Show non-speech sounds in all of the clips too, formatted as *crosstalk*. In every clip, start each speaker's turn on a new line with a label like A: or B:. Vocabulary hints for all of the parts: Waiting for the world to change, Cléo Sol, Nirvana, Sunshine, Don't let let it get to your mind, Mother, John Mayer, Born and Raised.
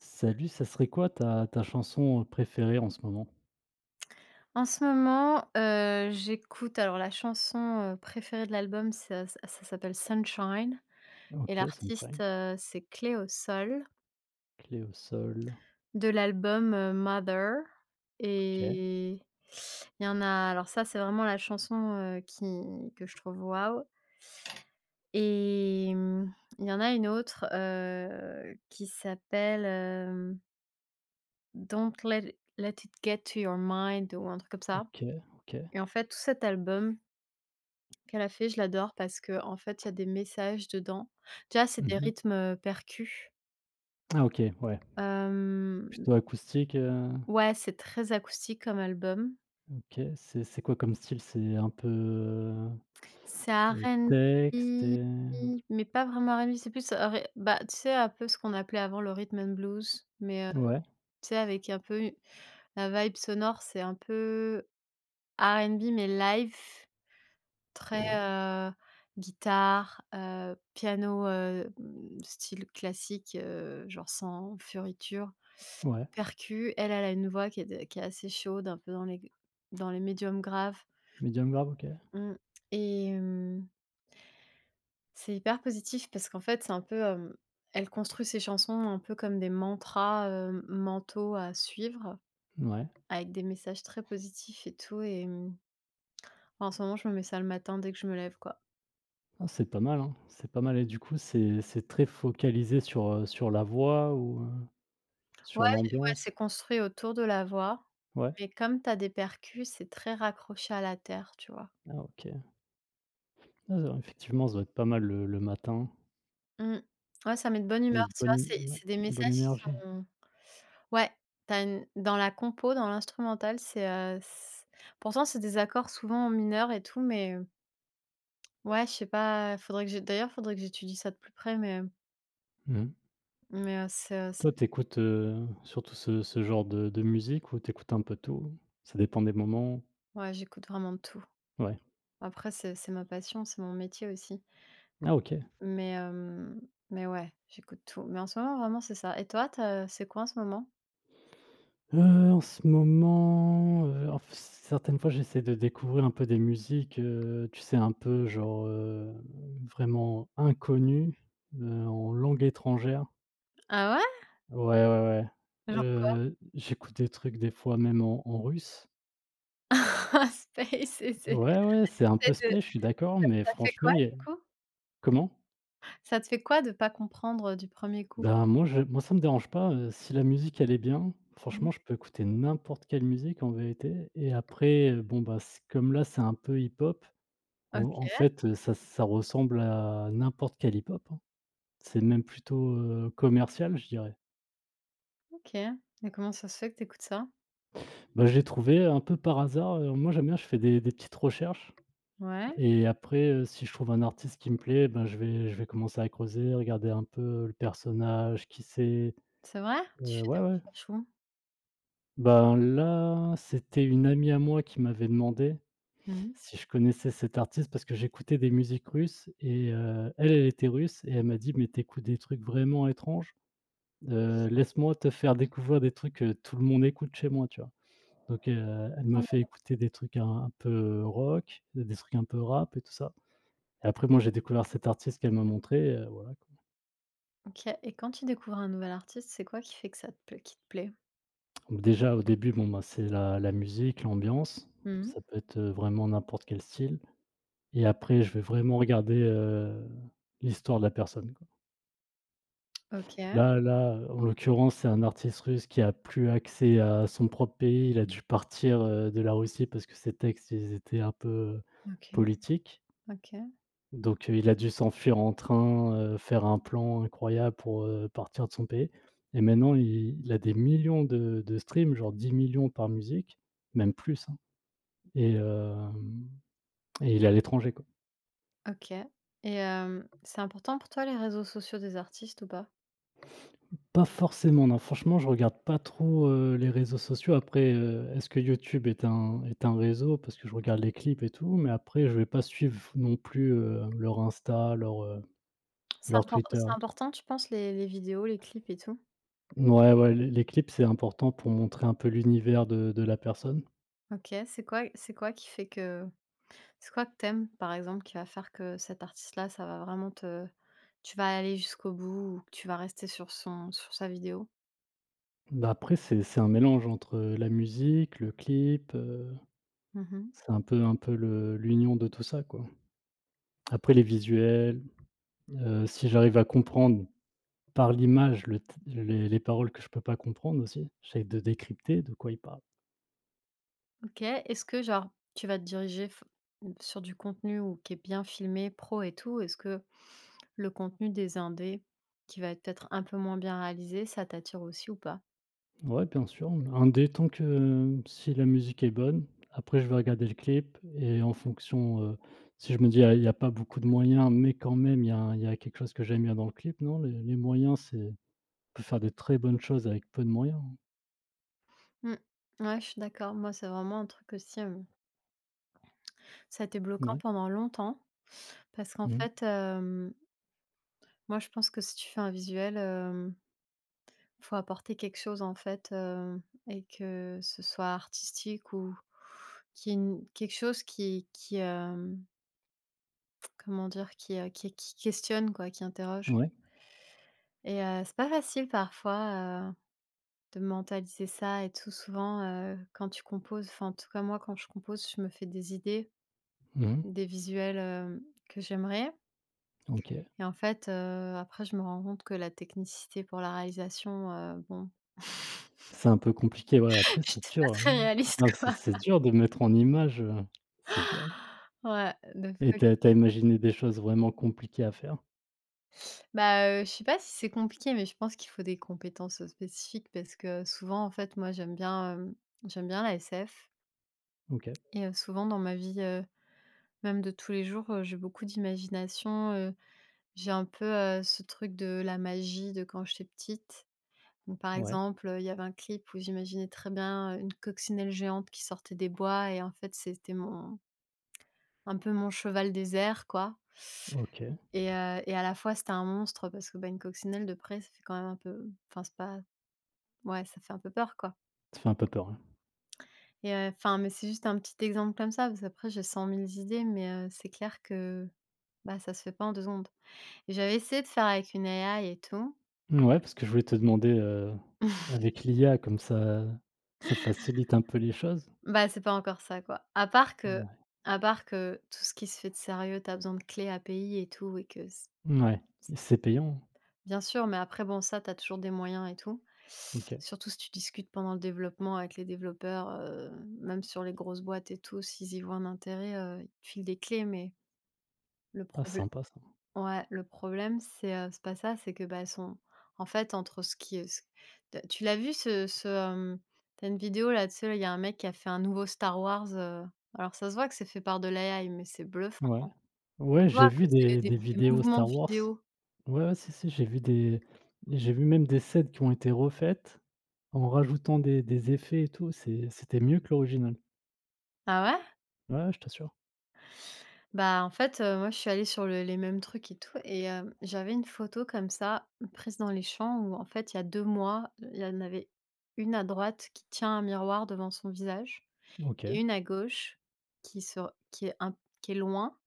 A: Salut, ça serait quoi ta chanson, préférée en ce moment?
B: En ce moment, j'écoute alors la chanson, préférée de l'album. Ça s'appelle Sunshine et
A: OK,
B: l'artiste,
A: Sunshine.
B: c'est Cléo Sol,
A: Clé au sol.
B: de l'album, Mother.
A: OK,
B: Et il y en a, alors ça, c'est vraiment la chanson, qui que je trouve waouh. Et mmh, il y en a une autre, qui s'appelle, Don't let it get to your mind ou un truc comme ça.
A: OK, OK.
B: Et en fait, tout cet album qu'elle a fait, je l'adore parce que en fait, il y a des messages dedans. Déjà, c'est des
A: Mmh.
B: rythmes, percus.
A: Ah OK, ouais.
B: Hem,
A: Plutôt acoustique,
B: ouais, c'est très acoustique comme album.
A: OK. C'est quoi comme style? C'est un peu,
B: C'est
A: texte
B: R&B,
A: et
B: mais pas vraiment R&B, c'est plus ré bah, tu sais, un peu ce qu'on appelait avant le rhythm and blues, mais,
A: ouais,
B: tu sais, avec un peu la vibe sonore, c'est un peu R&B mais live. Très,
A: OK,
B: guitare, piano, style classique, genre sans furiture,
A: ouais.
B: percu. Elle a une voix qui est de qui est assez chaude, un peu dans les médiums graves.
A: Medium grave, OK.
B: Mmh, et c'est hyper positif parce qu'en fait, c'est un peu, elle construit ses chansons un peu comme des mantras, mentaux à suivre,
A: Ouais.
B: avec des messages très positifs et tout. Et mmh, en ce moment, je me mets ça le matin dès que je me lève, quoi.
A: Ah, c'est pas mal, hein. C'est pas mal et du coup, c'est très focalisé sur, sur la voix ou
B: Ouais,
A: sur
B: ouais, c'est
A: l'ambiance?
B: construit autour de la voix,
A: Ouais?
B: mais comme tu as des percus, c'est très raccroché à la terre, tu vois?
A: Ah OK. Ah ça, effectivement, ça doit être pas mal le matin,
B: Mmh. Ouais, ça met de bonne humeur,
A: une
B: tu vois?
A: bonne
B: C'est
A: ouais,
B: c'est des
A: bonne
B: messages qui
A: énergie.
B: sont ouais, tu as une dans la compo, dans l'instrumental, c'est, c pourtant c'est des accords souvent en mineur et tout, mais ouais, je sais pas, faudrait que j'é d'ailleurs, faudrait que j'étudie ça de plus près,
A: Mmh.
B: mais, c'est, c
A: Toi, t'écoutes écoutes, surtout ce genre de musique ou t'écoutes un peu tout? Ça dépend des moments?
B: ouais, j'écoute vraiment de tout.
A: Ouais.
B: Après c'est ma passion, c'est mon métier aussi.
A: Ah OK.
B: Mais mais ouais, j'écoute tout. Mais en ce moment, vraiment, c'est ça. Et toi, tu as c'est quoi en ce moment?
A: Heu, En ce moment, en f certaines fois, j'essaie de découvrir un peu des musiques, tu sais, un peu genre, vraiment inconnues, en langue étrangère.
B: Ah
A: Ouais, ouais, ouais.
B: ouais? Genre quoi?
A: J'écoute des trucs des fois même en russe.
B: *laughs* Space et
A: Ouais, ouais, c'est un
B: c'est
A: peu
B: de
A: spé, je suis d'accord, mais
B: ça fait quoi
A: franchement, il y a
B: du coup?
A: comment?
B: Ça te fait quoi de pas comprendre du premier coup?
A: Ben, moi, ça me dérange pas, si la musique, elle est bien,
B: Mmh.
A: franchement, je peux écouter n'importe quelle musique, en vérité. Et après, bon, bah, c comme là, c'est un peu hip-hop, en
B: OK,
A: fait, ça ça ressemble à n'importe quel hip-hop, hein. C'est même plutôt, commercial, je dirais.
B: OK. Et comment ça se fait que t'écoutes ça?
A: Bah, j'ai trouvé un peu par hasard, moi, j'aime bien, je fais des petites recherches.
B: Ouais,
A: Et après, si je trouve un artiste qui me plaît, ben, je vais commencer à creuser, regarder un peu le personnage, qui c'est.
B: c'est vrai? Tu fais
A: Ouais,
B: des
A: ouais.
B: recherches où?
A: Ben, là, c'était une amie à moi qui m'avait demandé
B: Mmh.
A: si je connaissais cet artiste parce que j'écoutais des musiques russes et elle, elle était russe et elle m'a dit: «Mais tu écoutes des trucs vraiment étranges, laisse-moi te faire découvrir des trucs que tout le monde écoute chez moi», tu vois? Donc, elle
B: Trop
A: m'a fait
B: bien.
A: écouter des trucs un peu rock, des trucs un peu rap et tout ça. Et après moi, j'ai découvert cet artiste qu'elle m'a montré voilà quoi.
B: OK, et quand tu découvres un nouvel artiste, c'est quoi qui fait que ça te pla qui te plaît?
A: Déjà, au début, bon, ben, c'est la musique, l'ambiance,
B: Mmh.
A: ça peut être, vraiment n'importe quel style. Et après, je vais vraiment regarder, l'histoire de la personne, quoi.
B: OK,
A: Là, en l'occurrence, c'est un artiste russe qui a plus accès à son propre pays. Il a dû partir, de la Russie parce que ses textes, ils étaient un peu, heu,
B: OK,
A: politiques.
B: OK,
A: Donc, il a dû s'enfuir en train, faire un plan incroyable pour, partir de son pays. Et maintenant, il a des millions de streams, genre 10 millions par musique, même plus, hein. Et et il est à l'étranger, quoi.
B: OK. Et c'est important pour toi les réseaux sociaux des artistes ou pas?
A: Pas forcément, non, franchement, je regarde pas trop, les réseaux sociaux. Après, est-ce que YouTube est un réseau? Parce que je regarde les clips et tout, mais après je vais pas suivre non plus, leur Insta,
B: C'est
A: leur
B: impor
A: Twitter
B: c'est
A: et tout.
B: important tu penses les vidéos, les clips et tout?
A: Ouais, ouais, les clips, c'est important pour montrer un peu l'univers de la personne.
B: OK, c'est quoi qui fait que c'est quoi que t'aimes par exemple, qui va faire que cet artiste-là, ça va vraiment te tu vas aller jusqu'au bout ou que tu vas rester sur son sur sa vidéo?
A: Bah, après c'est un mélange entre la musique, le clip,
B: Mmh.
A: c'est un peu le l'union de tout ça, quoi. Après les visuels, si j'arrive à comprendre par l'image, le t les paroles que je peux pas comprendre aussi, j'essaye de décrypter de quoi il parle.
B: OK, est-ce que genre tu vas te diriger f sur du contenu ou qui est bien filmé, pro et tout? Est-ce que le contenu des indés qui va être peut-être un peu moins bien réalisé, ça t'attire aussi ou pas?
A: Ouais, bien sûr, un dé tant que si la musique est bonne, après je vais regarder le clip et en fonction, si je me dis: «Ah, il y a pas beaucoup de moyens, mais quand même il y a quelque chose que j'aime bien dans le clip», non, les moyens, c'est on peut faire des très bonnes choses avec peu de moyens, hein.
B: Mmh. Ouais, je suis d'accord. Moi, c'est vraiment un truc aussi, ça a été bloquant
A: Ouais.
B: pendant longtemps parce qu'en
A: Mmh.
B: fait, moi, je pense que si tu fais un visuel, faut apporter quelque chose, en fait, et que ce soit artistique ou qui y quelque chose qui comment dire? Qui, qui questionne, quoi, qui interroge.
A: Ouais.
B: Et c'est pas facile parfois, de mentaliser ça et tout. Souvent, quand tu composes enfin, en tout cas, moi, quand je compose, je me fais des idées,
A: Mmh.
B: des visuels, que j'aimerais.
A: OK.
B: Et en fait, après je me rends compte que la technicité pour la réalisation, bon,
A: C'est un peu compliqué, ouais,
B: *laughs*
A: après c'est
B: j'étais pas
A: dur, hein.
B: très réaliste
A: Non, c'est
B: quoi.
A: c'est dur de mettre en image, c'est dur.
B: Ouais, de
A: Et
B: folie.
A: tu as imaginé des choses vraiment compliquées à faire?
B: Bah, je sais pas si c'est compliqué, mais je pense qu'il faut des compétences spécifiques parce que souvent en fait moi j'aime bien, j'aime bien la SF.
A: OK,
B: Et souvent dans ma vie, même de tous les jours, j'ai beaucoup d'imagination, j'ai un peu, ce truc de la magie de quand j'étais petite. Donc, par
A: ouais,
B: exemple, il y avait un clip où j'imaginais très bien, une coccinelle géante qui sortait des bois et en fait, c'était mon un peu mon cheval des airs, quoi.
A: OK.
B: Et et à la fois, c'était un monstre parce que, bah, une coccinelle de près, ça fait quand même un peu enfin, c'est pas ouais, ça fait un peu peur, quoi.
A: Ça fait un peu peur, ouais.
B: Et enfin, mais c'est juste un petit exemple comme ça parce qu'après j'ai cent mille idées, mais c'est clair que, bah, ça se fait pas en 2 secondes. Et j'avais essayé de faire avec une AI et tout.
A: Ouais, parce que je voulais te demander, avec l'IA comme ça ça facilite un peu les choses?
B: Bah, c'est pas encore ça, quoi.
A: Ouais.
B: À part que tout ce qui se fait de sérieux, t'as besoin de clés API et tout et que c
A: Ouais,
B: c
A: c'est payant? Hein.
B: bien sûr, mais après bon, ça, t'as toujours des moyens et tout.
A: OK.
B: Surtout si tu discutes pendant le développement avec les développeurs, même sur les grosses boîtes et tout, s'ils y voient un intérêt, ils te filent des clés, mais le
A: Ah
B: problè
A: sympa ça.
B: ouais, le problème, c'est pas ça, c'est que, bah, elles sont en fait, entre ce qui, ce tu tu l'as vu ce ce, hem, tu une vidéo là, dessus, là, il y a un mec qui a fait un nouveau Star Wars, alors ça se voit que c'est fait par de l'AI, mais c'est bluffant,
A: Ouais.
B: hein.
A: Ouais,
B: Tu vois,
A: j'ai
B: à
A: vu
B: cause
A: des des
B: des
A: vidéos
B: mouvements de
A: Star Wars.
B: vidéo.
A: Ouais, ouais, si, si, j'ai vu même des scènes qui ont été refaites en rajoutant des effets et tout, c'était mieux que l'original.
B: Ah ouais?
A: Ouais, ouais, je t'assure.
B: Bah, en fait, moi, je suis allée sur le les mêmes trucs et tout et j'avais une photo comme ça, prise dans les champs où en fait, il y a 2 mois, il y en avait une à droite qui tient un miroir devant son visage. Et
A: OK.
B: une à gauche qui se qui est loin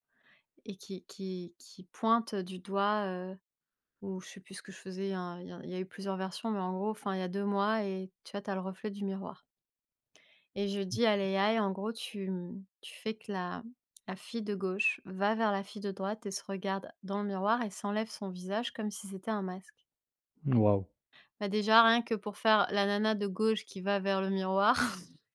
B: et qui pointe du doigt, ou je sais plus ce que je faisais, il y a il y a il y a eu plusieurs versions, mais en gros, enfin, il y a 2 mois et tu vois, tu as le reflet du miroir. Et je dis à l'AI, en gros, tu, mmh, tu fais que la fille de gauche va vers la fille de droite et se regarde dans le miroir et s'enlève son visage comme si c'était un masque.
A: Waouh!
B: Bah, déjà, rien que pour faire la nana de gauche qui va vers le miroir, *laughs*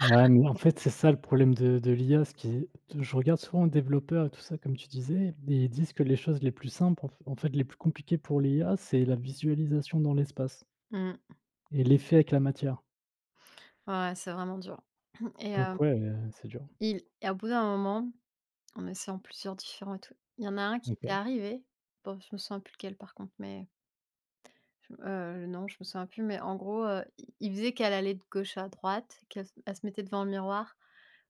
A: Ouais, mais en fait, c'est ça le problème de l'IA, ce qui je regarde souvent les développeurs et tout ça, comme tu disais, et ils disent que les choses les plus simples, en f en fait, les plus compliquées pour l'IA, c'est la visualisation dans l'espace
B: mmh,
A: et l'effet avec la matière.
B: ouais, ouais, c'est vraiment dur. *clears throat* Et
A: Donc ouais, c'est dur.
B: il et au bout d'un moment on essaie en essayant plusieurs différents et tout. Il y en a un qui était
A: OK,
B: arrivé. Bon, je me souviens plus lequel par contre, mais je le nom, je me souviens plus, mais en gros, il faisait qu'elle allait de gauche à droite, qu'elle se elle se mettait devant le miroir.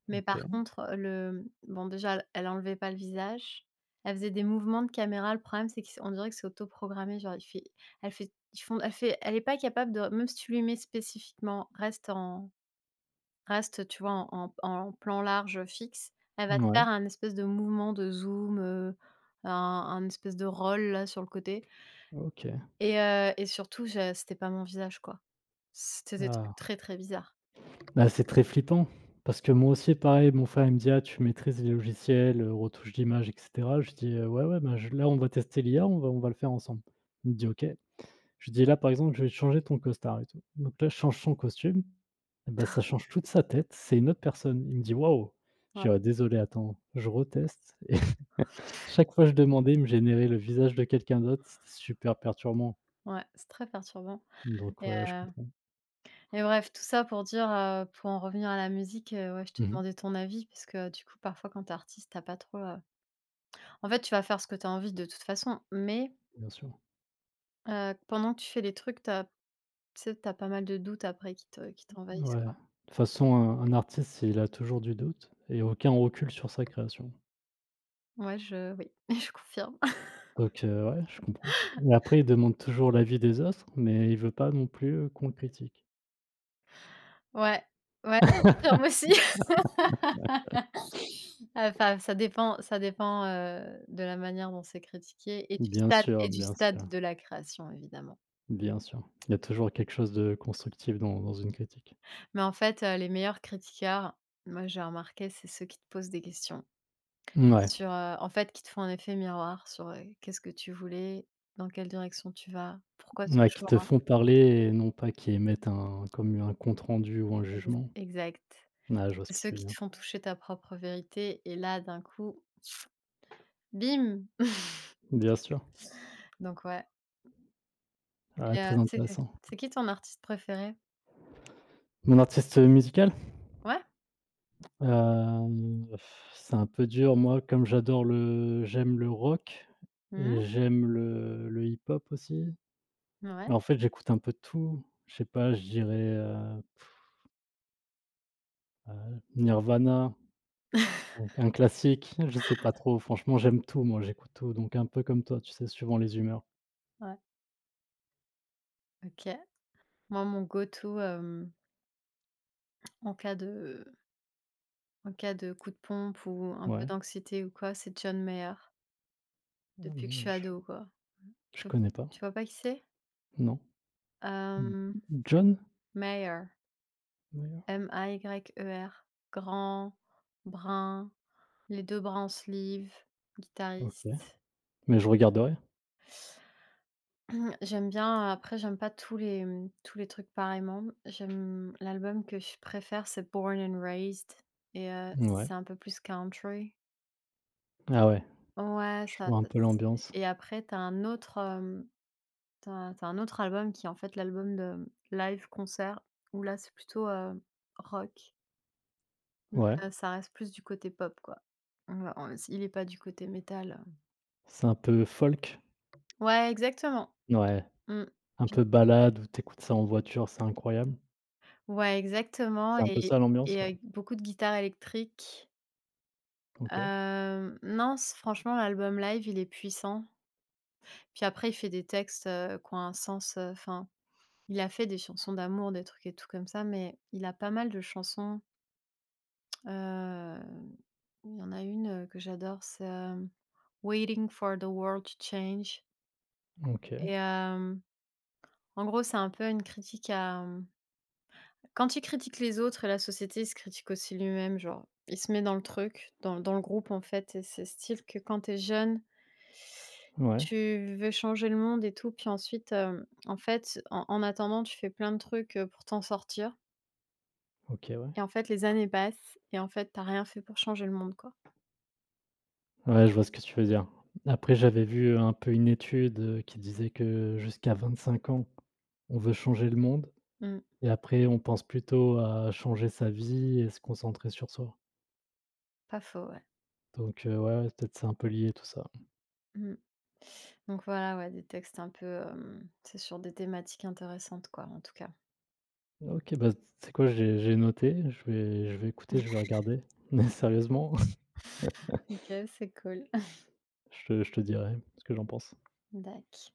B: Mais par
A: OK.
B: contre, le bon déjà elle enlevait pas le visage. Elle faisait des mouvements de caméra. Le problème, c'est qu'on dirait que c'est autoprogrammé. Genre, il fait elle fait ils font elle fait elle est pas capable de même si tu lui mets spécifiquement: «Reste en reste, tu vois, en en plan large, fixe», elle va te
A: Ouais.
B: faire un espèce de mouvement de zoom, un espèce de roll là sur le côté.
A: OK.
B: Et et surtout je c'était pas mon visage quoi. C'était des trucs
A: Ah,
B: très, très bizarres.
A: bah, c'est très flippant parce que moi aussi, pareil, mon frère, il me dit: «Ah, tu maîtrises les logiciels, retouche d'image, et cetera». Je dis: Ouais, ouais, bah, je là, on va tester l'IA, on va le faire ensemble». Il me dit: «OK». Je dis: «Là, par exemple, je vais te changer ton costard et tout». Donc là, je change son costume, et bah, ça change toute sa tête, c'est une autre personne. Il me dit: «Waouh!»
B: Ouais,
A: Je dis: «Ah désolé, attends, je reteste» et *laughs* chaque fois que je demandais, il me générait le visage de quelqu'un d'autre, c'était super perturbant.
B: ouais, c'est très perturbant.
A: Donc
B: Et
A: ouais, je comprends.
B: et bref, tout ça pour dire, pour en revenir à la musique, ouais, je te
A: Mmh.
B: demandais ton avis parce que du coup, parfois quand t'es artiste, t'as pas trop, en fait, tu vas faire ce que t'as envie de toute façon, mais
A: Bien sûr.
B: pendant que tu fais les trucs, t'as as tu sais, tu pas mal de doutes après qui t'envahissent
A: Ouais. De
B: quoi.
A: toute façon, un artiste, il a toujours du doute et aucun recul sur sa création.
B: Ouais, je oui, *laughs* je confirme.
A: Donc ouais, je comprends. Et après, il demande toujours l'avis des autres, mais il veut pas non plus, qu'on le critique.
B: Ouais, ouais, je confirme aussi. *laughs* Enfin, ça dépend, de la manière dont c'est critiqué et
A: Bien sûr,
B: du
A: bien
B: stade
A: sûr.
B: de la création, évidemment.
A: Bien sûr. Il y a toujours quelque chose de constructif dans dans une critique.
B: Mais en fait, les meilleurs critiqueurs, moi, j'ai remarqué, c'est ceux qui te posent des questions
A: Mouais,
B: sur, en fait, qui te font un effet miroir sur, qu'est-ce que tu voulais? Dans quelle direction tu vas? Pourquoi ce
A: ouais, qui te
B: choix?
A: font parler et non pas qui émettent un comme un compte rendu ou un jugement.
B: Exact.
A: Ah, je vois ce
B: C'est
A: que
B: ceux
A: tu veux
B: qui te
A: dire.
B: font toucher ta propre vérité et là, d'un coup, bim!
A: Bien sûr.
B: Donc ouais.
A: Ouais,
B: Et
A: très intéressant.
B: c'est qui ton artiste préféré?
A: Mon artiste, musical?
B: Ouais?
A: Hem, c'est un peu dur, moi, comme j'aime le rock
B: Mmh.
A: et j'aime le hip-hop aussi.
B: Ouais.
A: Mais en fait, j'écoute un peu de tout. Je sais pas, je dirais, heu, Nirvana.
B: *laughs*
A: Donc un classique, *laughs* je sais pas trop, franchement j'aime tout moi, j'écoute tout, donc un peu comme toi, tu sais, suivant les humeurs.
B: Ouais, OK. Moi, mon go to, en cas de en cas de coup de pompe ou un peu
A: Ouais,
B: d'anxiété ou quoi, c'est John Mayer, depuis que je suis
A: mais je
B: ado, quoi.
A: je
B: Tu
A: connais pas,
B: tu vois pas qui c'est?
A: non. Mmh,
B: Hem,
A: John
B: Mayer,
A: Mayer?
B: M-A-Y-E-R. Grand, brun, les 2 bras en sleeve,
A: OK,
B: guitariste.
A: mais je regarderai.
B: Mmh, j'aime bien, après j'aime pas tous les, mmh, tous les trucs pareillement. J'aime l'album que je préfère, c'est Born and Raised. Et
A: Ouais.
B: c'est un peu plus country.
A: Ah ouais,
B: Ouais,
A: je
B: ça
A: vois un peu l'ambiance.
B: et après t'as un autre, tu as un autre album qui est en fait l'album de mmh, live concert où là c'est plutôt, rock, mais
A: Ouais,
B: ça reste plus du côté pop quoi. Ouais, on il est pas du côté métal,
A: c'est un peu folk?
B: ouais, exactement.
A: Ouais,
B: Mmh.
A: un peu balade où t'écoutes ça en voiture, c'est incroyable.
B: Ouais, exactement.
A: C'est un peu
B: Et
A: ça l'ambiance? Ouais.
B: avec beaucoup de guitare électrique.
A: OK,
B: Non, c franchement, l'album live, il est puissant. Puis après, il fait des textes, qui ont un sens, enfin, il a fait des chansons d'amour, des trucs et tout comme ça, mais il a pas mal de chansons, heu, il y en a une, que j'adore, c'est, «Waiting for the world to change».
A: OK,
B: Et en gros, c'est un peu une critique à, mmh. Quand il critique les autres et la société, il se critique aussi lui-même, genre, il se met dans le truc, dans dans le groupe, en fait et c'est style que quand t'es jeune
A: ouais,
B: tu veux changer le monde et tout, puis ensuite, en fait, en en attendant, tu fais plein de trucs, pour t'en sortir.
A: OK, ouais.
B: Et en fait, les années passent et en fait, t'as rien fait pour changer le monde, quoi.
A: Ouais, je vois ce que tu veux dire. Après j'avais vu, un peu une étude, qui disait que jusqu'à 25 ans on veut changer le monde
B: Mmh,
A: et après on pense plutôt à changer sa vie et se concentrer sur soi.
B: pas faux, ouais.
A: Donc ouais, ouais, peut-être c'est un peu lié tout ça.
B: Mmh. Donc voilà, ouais, des textes un peu, c'est sur des thématiques intéressantes, quoi, en tout cas.
A: OK, bah, tu sais quoi? J'ai noté, je vais écouter, je vais regarder, *laughs* mais sérieusement,
B: OK, c'est cool. *laughs*
A: je te dirai ce que j'en pense.
B: Dac.